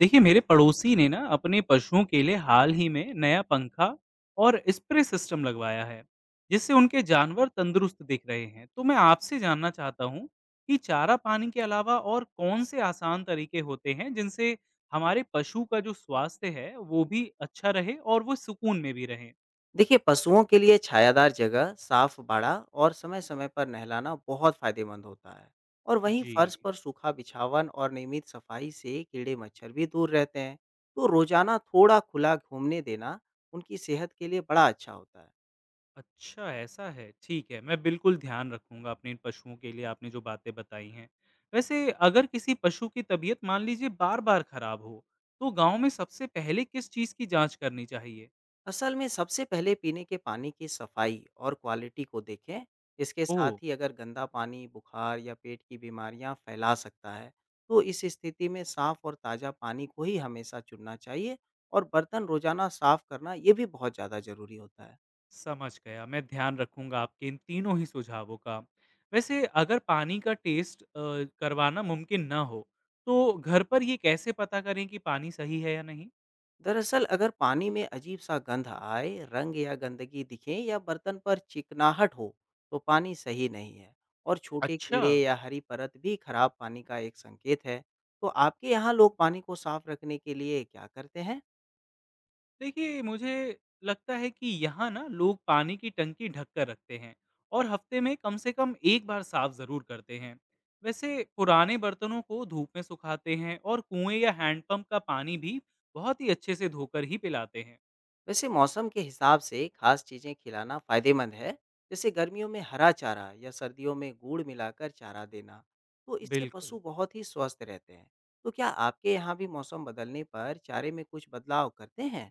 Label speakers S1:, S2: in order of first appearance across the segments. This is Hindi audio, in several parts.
S1: देखिए मेरे पड़ोसी ने ना अपने पशुओं के लिए हाल ही में नया पंखा और स्प्रे सिस्टम लगवाया है, जिससे उनके जानवर तंदुरुस्त दिख रहे हैं। तो मैं आपसे जानना चाहता हूँ कि चारा पानी के अलावा और कौन से आसान तरीके होते हैं जिनसे हमारे पशु का जो स्वास्थ्य है वो भी अच्छा रहे और वो सुकून में भी रहे।
S2: देखिए पशुओं के लिए छायादार जगह, साफ बाड़ा और समय-समय पर नहलाना बहुत फायदेमंद होता है। और वहीं
S1: जी।
S2: फर्श पर सूखा बिछावन और नियमित सफाई से कीड़े मच्छर भी दूर रहते हैं। तो रोजाना थोड़ा खुला घूमने देना उनकी सेहत के लिए बड़ा अच्छा होता है।
S1: अच्छा, ऐसा है। ठीक है, मैं बिल्कुल ध्यान रखूँगा अपने इन पशुओं के लिए आपने जो बातें बताई हैं। वैसे अगर किसी पशु की तबीयत मान लीजिए बार-बार खराब हो, तो गाँव में सबसे पहले किस चीज़ की जाँच करनी चाहिए?
S2: असल में सबसे पहले पीने के पानी की सफाई और क्वालिटी को देखें। इसके
S1: ओह!
S2: साथ ही अगर गंदा पानी बुखार या पेट की बीमारियां फैला सकता है, तो इस स्थिति में साफ और ताज़ा पानी को ही हमेशा चुनना चाहिए और बर्तन रोजाना साफ करना ये भी बहुत ज़्यादा ज़रूरी होता है।
S1: समझ गया, मैं ध्यान रखूँगा आपके इन तीनों ही सुझावों का। वैसे अगर पानी का टेस्ट करवाना मुमकिन ना हो, तो घर पर ये कैसे पता करें कि पानी सही है या नहीं?
S2: दरअसल अगर पानी में अजीब सा गंध आए, रंग या गंदगी दिखे या बर्तन पर चिकनाहट हो, तो पानी सही नहीं है और छोटे
S1: अच्छा।
S2: कीड़े या हरी परत भी खराब पानी का एक संकेत है। तो आपके यहाँ लोग पानी को साफ रखने के लिए क्या करते हैं?
S1: देखिए, मुझे लगता है कि यहाँ ना लोग पानी की टंकी ढक कर रखते हैं और हफ्ते में कम से कम एक बार साफ ज़रूर करते हैं। वैसे पुराने बर्तनों को धूप में सुखाते हैं और कुएं या हैंडपंप का पानी भी बहुत ही अच्छे से धोकर ही पिलाते हैं।
S2: वैसे मौसम के हिसाब से खास चीजें खिलाना फायदेमंद है, जैसे गर्मियों में हरा चारा या सर्दियों में गुड़ मिलाकर चारा देना। तो इससे
S1: बिल्कुल।
S2: पशु बहुत ही स्वस्थ रहते हैं। तो क्या आपके यहाँ भी मौसम बदलने पर चारे में कुछ बदलाव करते हैं?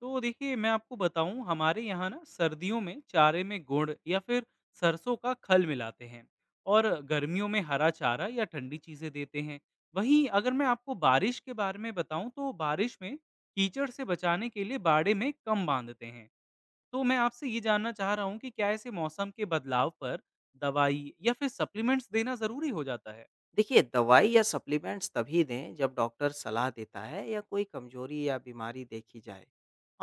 S1: तो देखिए मैं आपको बताऊं, हमारे यहाँ ना सर्दियों में चारे में गुड़ या फिर सरसों का खल मिलाते हैं और गर्मियों में हरा चारा या ठंडी चीजें देते हैं। वहीं अगर मैं आपको बारिश के बारे में बताऊं, तो बारिश में कीचड़ से बचाने के लिए बाड़े में कम बांधते हैं। तो मैं आपसे ये जानना चाह रहा हूँ कि क्या ऐसे मौसम के बदलाव पर दवाई या फिर सप्लीमेंट्स देना जरूरी हो जाता है?
S2: देखिए, दवाई या सप्लीमेंट्स तभी दें जब डॉक्टर सलाह देता है या कोई कमजोरी या बीमारी देखी जाए।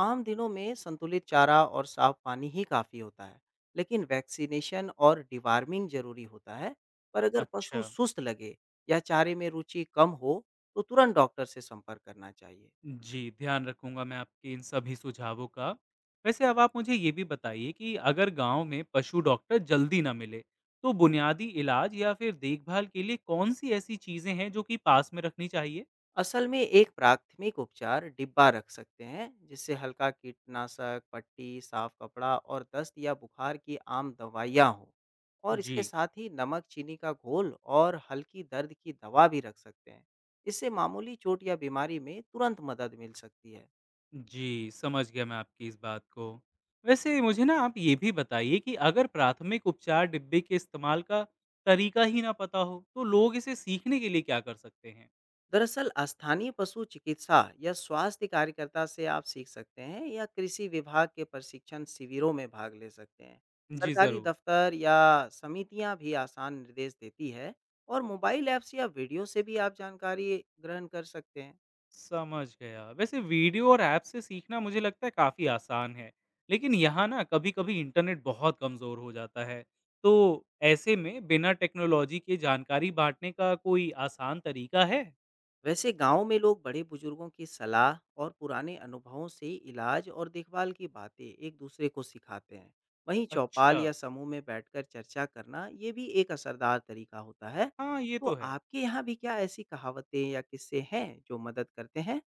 S2: आम दिनों में संतुलित चारा और साफ पानी ही काफ़ी होता है, लेकिन वैक्सीनेशन और डिवार्मिंग ज़रूरी होता है। पर अगर पशु
S1: अच्छा।
S2: सुस्त लगे या चारे में रुचि कम हो, तो तुरंत डॉक्टर से संपर्क करना चाहिए।
S1: जी, ध्यान रखूँगा मैं आपके इन सभी सुझावों का। वैसे अब आप मुझे ये भी बताइए कि अगर गाँव में पशु डॉक्टर जल्दी ना मिले, तो बुनियादी इलाज या फिर देखभाल के लिए कौन-सी ऐसी चीज़ें हैं जो कि पास में रखनी चाहिए?
S2: असल में एक प्राथमिक उपचार डिब्बा रख सकते हैं, जिससे हल्का कीटनाशक, पट्टी, साफ कपड़ा और दस्त या बुखार की आम दवाइयाँ हों। और इसके
S1: जी।
S2: साथ ही नमक चीनी का घोल और हल्की दर्द की दवा भी रख सकते हैं। इससे मामूली चोट या बीमारी में तुरंत मदद मिल सकती है।
S1: जी, समझ गया मैं आपकी इस बात को। वैसे मुझे ना आप ये भी बताइए कि अगर प्राथमिक उपचार डिब्बे के इस्तेमाल का तरीका ही ना पता हो, तो लोग इसे सीखने के लिए क्या कर सकते हैं?
S2: दरअसल स्थानीय पशु चिकित्सा या स्वास्थ्य कार्यकर्ता से आप सीख सकते हैं या कृषि विभाग के प्रशिक्षण शिविरों में भाग ले सकते हैं।
S1: जी,
S2: सरकारी
S1: ज़रूर।
S2: दफ्तर या समितियां भी आसान निर्देश देती है और मोबाइल ऐप्स या वीडियो से भी आप जानकारी ग्रहण कर सकते हैं।
S1: समझ गया। वैसे वीडियो और ऐप से सीखना मुझे लगता है काफ़ी आसान है। लेकिन यहाँ ना कभी-कभी इंटरनेट बहुत कमज़ोर हो जाता है। तो ऐसे में बिना टेक्नोलॉजी के जानकारी बाँटने का कोई आसान तरीका है?
S2: वैसे गांव में लोग बड़े बुजुर्गों की सलाह और पुराने अनुभवों से इलाज और देखभाल की बातें एक दूसरे को सिखाते हैं। वहीं
S1: अच्छा।
S2: चौपाल या समूह में बैठकर चर्चा करना ये भी एक असरदार तरीका होता है।
S1: हाँ, ये तो
S2: तो
S1: है।
S2: आपके यहाँ भी क्या ऐसी कहावतें या किस्से हैं जो मदद करते हैं?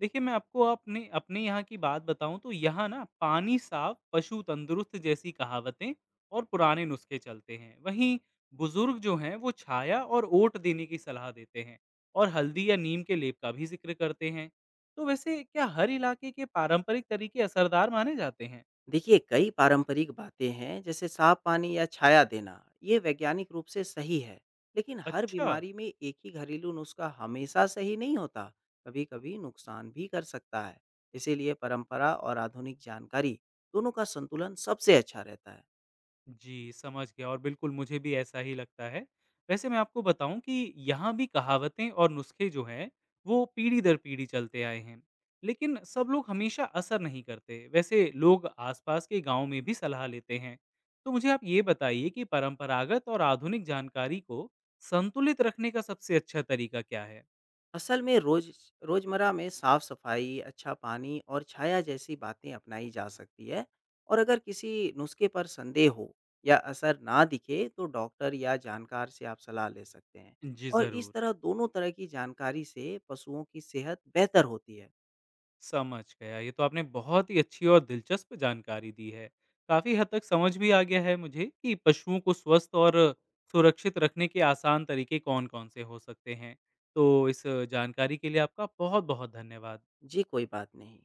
S1: देखिए, मैं आपको अपने अपने यहाँ की बात बताऊँ तो यहाँ ना पानी साफ, पशु तंदुरुस्त जैसी कहावतें और पुराने नुस्खे चलते हैं। वहीं बुजुर्ग जो हैं वो छाया और ओट देने की सलाह देते हैं और हल्दी या नीम के लेप का भी जिक्र करते हैं। तो वैसे क्या हर इलाके के पारंपरिक तरीके असरदार माने जाते हैं?
S2: देखिए, कई पारंपरिक बातें हैं, जैसे साफ पानी या छाया देना, ये वैज्ञानिक रूप से सही है। लेकिन हर
S1: अच्छा।
S2: बीमारी में एक ही घरेलू नुस्खा हमेशा सही नहीं होता। कभी कभी नुकसान भी कर सकता है। इसीलिए परंपरा और आधुनिक जानकारी दोनों का संतुलन सबसे अच्छा रहता है।
S1: जी, समझ गया और बिल्कुल मुझे भी ऐसा ही लगता है। वैसे मैं आपको बताऊँ कि यहाँ भी कहावतें और नुस्खे जो हैं, वो पीढ़ी दर पीढ़ी चलते आए हैं। लेकिन सब लोग हमेशा असर नहीं करते। वैसे लोग आसपास के गाँव में भी सलाह लेते हैं। तो मुझे आप ये बताइए कि परंपरागत और आधुनिक जानकारी को संतुलित रखने का सबसे अच्छा तरीका क्या है?
S2: असल में रोजमर्रा में साफ सफाई, अच्छा पानी और छाया जैसी बातें अपनाई जा सकती है। और अगर किसी नुस्खे पर संदेह हो या असर ना दिखे, तो डॉक्टर या जानकार से आप सलाह ले सकते हैं।
S1: जी,
S2: और इस
S1: ज़रूर।
S2: तरह दोनों तरह की जानकारी से पशुओं की सेहत बेहतर होती है।
S1: समझ गया। ये तो आपने बहुत ही अच्छी और दिलचस्प जानकारी दी है। काफ़ी हद तक समझ भी आ गया है मुझे कि पशुओं को स्वस्थ और सुरक्षित रखने के आसान तरीके कौन-कौन से हो सकते हैं। तो इस जानकारी के लिए आपका बहुत-बहुत धन्यवाद।
S2: जी, कोई बात नहीं।